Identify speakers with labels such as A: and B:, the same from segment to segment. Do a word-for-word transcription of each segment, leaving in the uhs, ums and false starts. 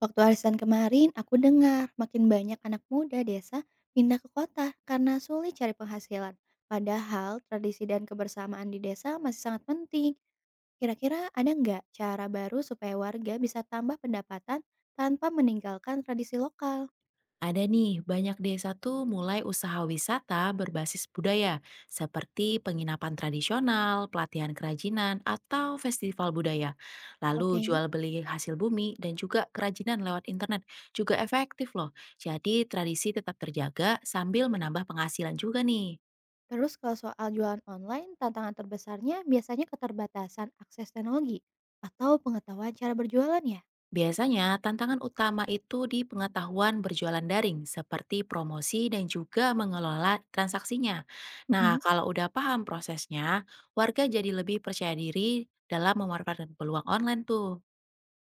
A: Waktu arisan kemarin, aku dengar makin banyak anak muda desa pindah ke kota karena sulit cari penghasilan. Padahal tradisi dan kebersamaan di desa masih sangat penting. Kira-kira ada nggak cara baru supaya warga bisa tambah pendapatan tanpa meninggalkan tradisi lokal?
B: Ada nih, banyak desa tuh mulai usaha wisata berbasis budaya, seperti penginapan tradisional, pelatihan kerajinan, atau festival budaya. Lalu
A: Oke.
B: jual beli hasil bumi dan juga kerajinan lewat internet juga efektif loh. Jadi tradisi tetap terjaga sambil menambah penghasilan juga nih.
A: Terus kalau soal jualan online, tantangan terbesarnya biasanya keterbatasan akses teknologi atau pengetahuan cara berjualan ya?
B: Biasanya, tantangan utama itu di pengetahuan berjualan daring, seperti promosi dan juga mengelola transaksinya. Nah,
A: Mm-mm.
B: kalau udah paham prosesnya, warga jadi lebih percaya diri dalam memanfaatkan peluang online tuh.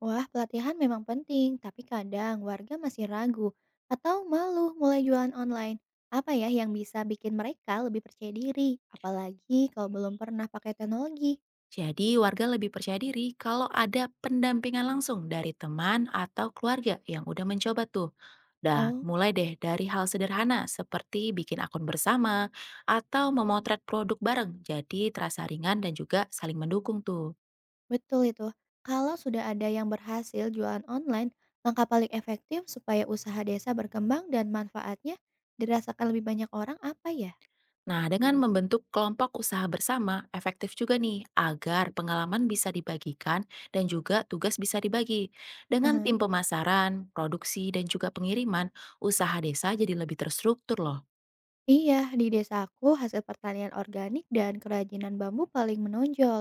A: Wah, pelatihan memang penting, tapi kadang warga masih ragu atau malu mulai jualan online. Apa ya yang bisa bikin mereka lebih percaya diri? Apalagi kalau belum pernah pakai teknologi.
B: Jadi, warga lebih percaya diri kalau ada pendampingan langsung dari teman atau keluarga yang udah mencoba tuh. Dah,
A: Oh,
B: mulai deh dari hal sederhana seperti bikin akun bersama atau memotret produk bareng. Jadi, terasa ringan dan juga saling mendukung tuh.
A: betul itu. Kalau sudah ada yang berhasil jualan online, langkah paling efektif supaya usaha desa berkembang dan manfaatnya dirasakan lebih banyak orang apa ya?
B: Nah, dengan membentuk kelompok usaha bersama, efektif juga nih agar pengalaman bisa dibagikan dan juga tugas bisa dibagi. Dengan tim pemasaran, produksi, dan juga pengiriman, usaha desa jadi lebih terstruktur loh.
A: Iya, di desaku hasil pertanian organik dan kerajinan bambu paling menonjol,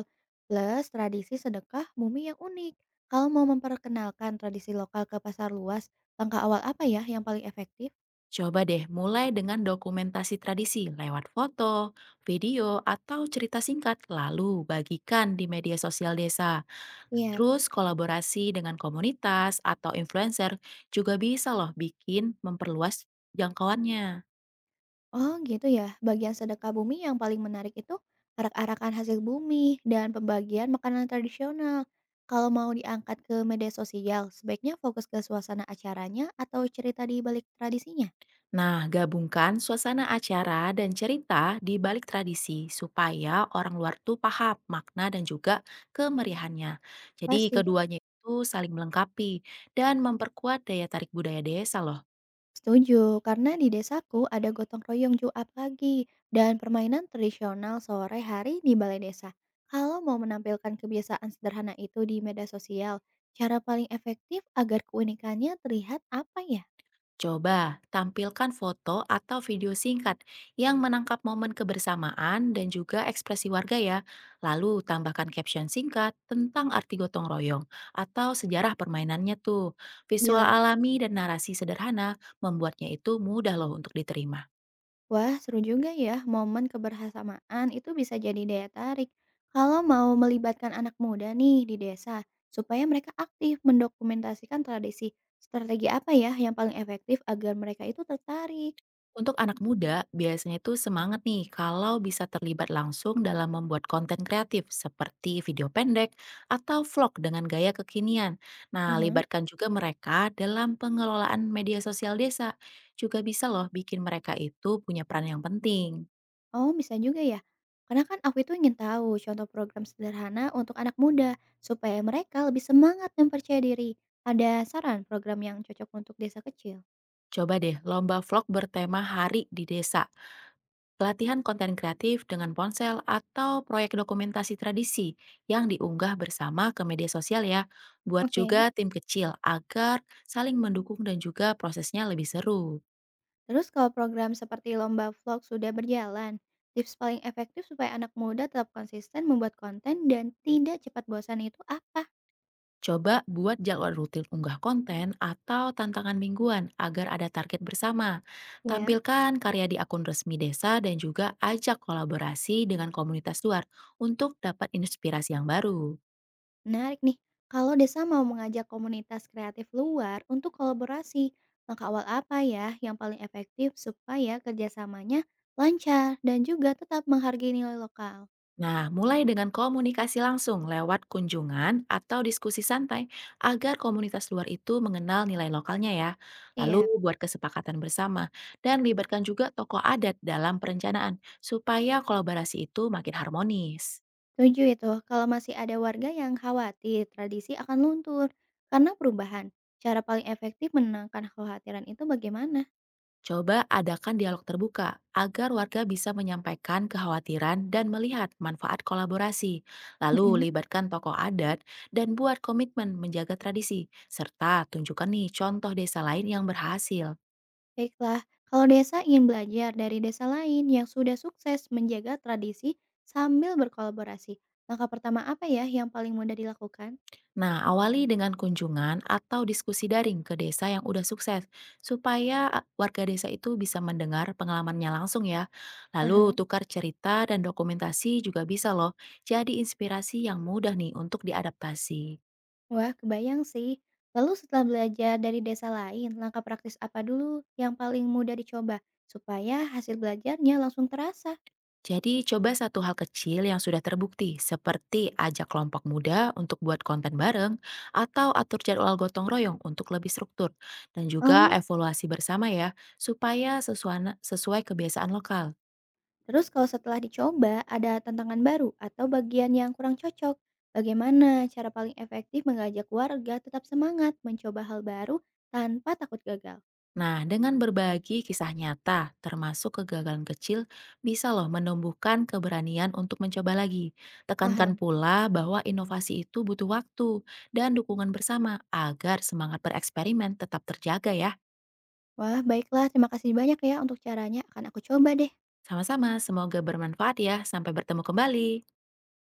A: plus tradisi sedekah bumi yang unik. Kalau mau memperkenalkan tradisi lokal ke pasar luas, langkah awal apa ya yang paling efektif?
B: Coba deh mulai dengan dokumentasi tradisi lewat foto, video, atau cerita singkat, lalu bagikan di media sosial desa.
A: Siap.
B: Terus kolaborasi dengan komunitas atau influencer juga bisa loh bikin memperluas jangkauannya.
A: Oh gitu ya, bagian sedekah bumi yang paling menarik itu arak-arakan hasil bumi dan pembagian makanan tradisional. Kalau mau diangkat ke media sosial, sebaiknya fokus ke suasana acaranya atau cerita di balik tradisinya.
B: Nah, gabungkan suasana acara dan cerita di balik tradisi supaya orang luar tuh paham makna dan juga kemeriahannya. Jadi
A: Pasti.
B: keduanya itu saling melengkapi dan memperkuat daya tarik budaya desa loh.
A: Setuju, karena di desaku ada gotong royong Juap lagi dan permainan tradisional sore hari di balai desa. Kalau mau menampilkan kebiasaan sederhana itu di media sosial, cara paling efektif agar keunikannya terlihat apa ya?
B: Coba tampilkan foto atau video singkat yang menangkap momen kebersamaan dan juga ekspresi warga ya. Lalu tambahkan caption singkat tentang arti gotong royong atau sejarah permainannya tuh. Visual
A: Jelas.
B: alami dan narasi sederhana membuatnya itu mudah loh untuk diterima.
A: Wah, seru juga ya. Momen kebersamaan itu bisa jadi daya tarik. Kalau mau melibatkan anak muda nih di desa, supaya mereka aktif mendokumentasikan tradisi, strategi apa ya yang paling efektif agar mereka itu tertarik?
B: Untuk anak muda, biasanya itu semangat nih kalau bisa terlibat langsung dalam membuat konten kreatif seperti video pendek atau vlog dengan gaya kekinian. Nah,
A: Aha.
B: libatkan juga mereka dalam pengelolaan media sosial desa. Juga bisa loh bikin mereka itu punya peran yang penting.
A: Oh, bisa juga ya. Karena kan aku itu ingin tahu contoh program sederhana untuk anak muda supaya mereka lebih semangat dan percaya diri. Ada saran program yang cocok untuk desa kecil?
B: Coba deh lomba vlog bertema hari di desa. Pelatihan konten kreatif dengan ponsel atau proyek dokumentasi tradisi yang diunggah bersama ke media sosial ya. Buat
A: Oke.
B: juga tim kecil agar saling mendukung dan juga prosesnya lebih seru.
A: Terus kalau program seperti lomba vlog sudah berjalan, tips paling efektif supaya anak muda tetap konsisten membuat konten dan tidak cepat bosan itu apa?
B: Coba buat jadwal rutin unggah konten atau tantangan mingguan agar ada target bersama.
A: Ya.
B: Tampilkan karya di akun resmi desa dan juga ajak kolaborasi dengan komunitas luar untuk dapat inspirasi yang baru.
A: Menarik nih, kalau desa mau mengajak komunitas kreatif luar untuk kolaborasi, langkah awal apa ya yang paling efektif supaya kerjasamanya lancar dan juga tetap menghargai nilai lokal?
B: Nah, mulai dengan komunikasi langsung lewat kunjungan atau diskusi santai agar komunitas luar itu mengenal nilai lokalnya ya. Lalu
A: Iya,
B: buat kesepakatan bersama dan libatkan juga tokoh adat dalam perencanaan supaya kolaborasi itu makin harmonis.
A: setuju itu. Kalau masih ada warga yang khawatir, tradisi akan luntur. Karena perubahan, cara paling efektif menenangkan kekhawatiran itu bagaimana?
B: Coba adakan dialog terbuka agar warga bisa menyampaikan kekhawatiran dan melihat manfaat kolaborasi. Lalu
A: Mm-mm.
B: libatkan tokoh adat dan buat komitmen menjaga tradisi serta tunjukkan nih contoh desa lain yang berhasil.
A: Baiklah, kalau desa ingin belajar dari desa lain yang sudah sukses menjaga tradisi sambil berkolaborasi, langkah pertama apa ya yang paling mudah dilakukan?
B: Nah, awali dengan kunjungan atau diskusi daring ke desa yang udah sukses, supaya a- warga desa itu bisa mendengar pengalamannya langsung ya. Lalu
A: Aha.
B: tukar cerita dan dokumentasi juga bisa loh, jadi inspirasi yang mudah nih untuk diadaptasi.
A: Wah, kebayang sih. Lalu setelah belajar dari desa lain, langkah praktis apa dulu yang paling mudah dicoba supaya hasil belajarnya langsung terasa?
B: Jadi coba satu hal kecil yang sudah terbukti, seperti ajak kelompok muda untuk buat konten bareng, atau atur jadwal gotong royong untuk lebih struktur, dan juga
A: Oh.
B: evaluasi bersama ya, supaya sesuana- sesuai kebiasaan lokal.
A: Terus kalau setelah dicoba ada tantangan baru atau bagian yang kurang cocok, bagaimana cara paling efektif mengajak warga tetap semangat mencoba hal baru tanpa takut gagal?
B: Nah, dengan berbagi kisah nyata, termasuk kegagalan kecil, bisa loh menumbuhkan keberanian untuk mencoba lagi. Tekankan
A: Paham.
B: pula bahwa inovasi itu butuh waktu dan dukungan bersama agar semangat bereksperimen tetap terjaga ya.
A: Wah, baiklah, terima kasih banyak ya untuk caranya, akan aku coba deh.
B: Sama-sama, semoga bermanfaat ya. Sampai bertemu kembali.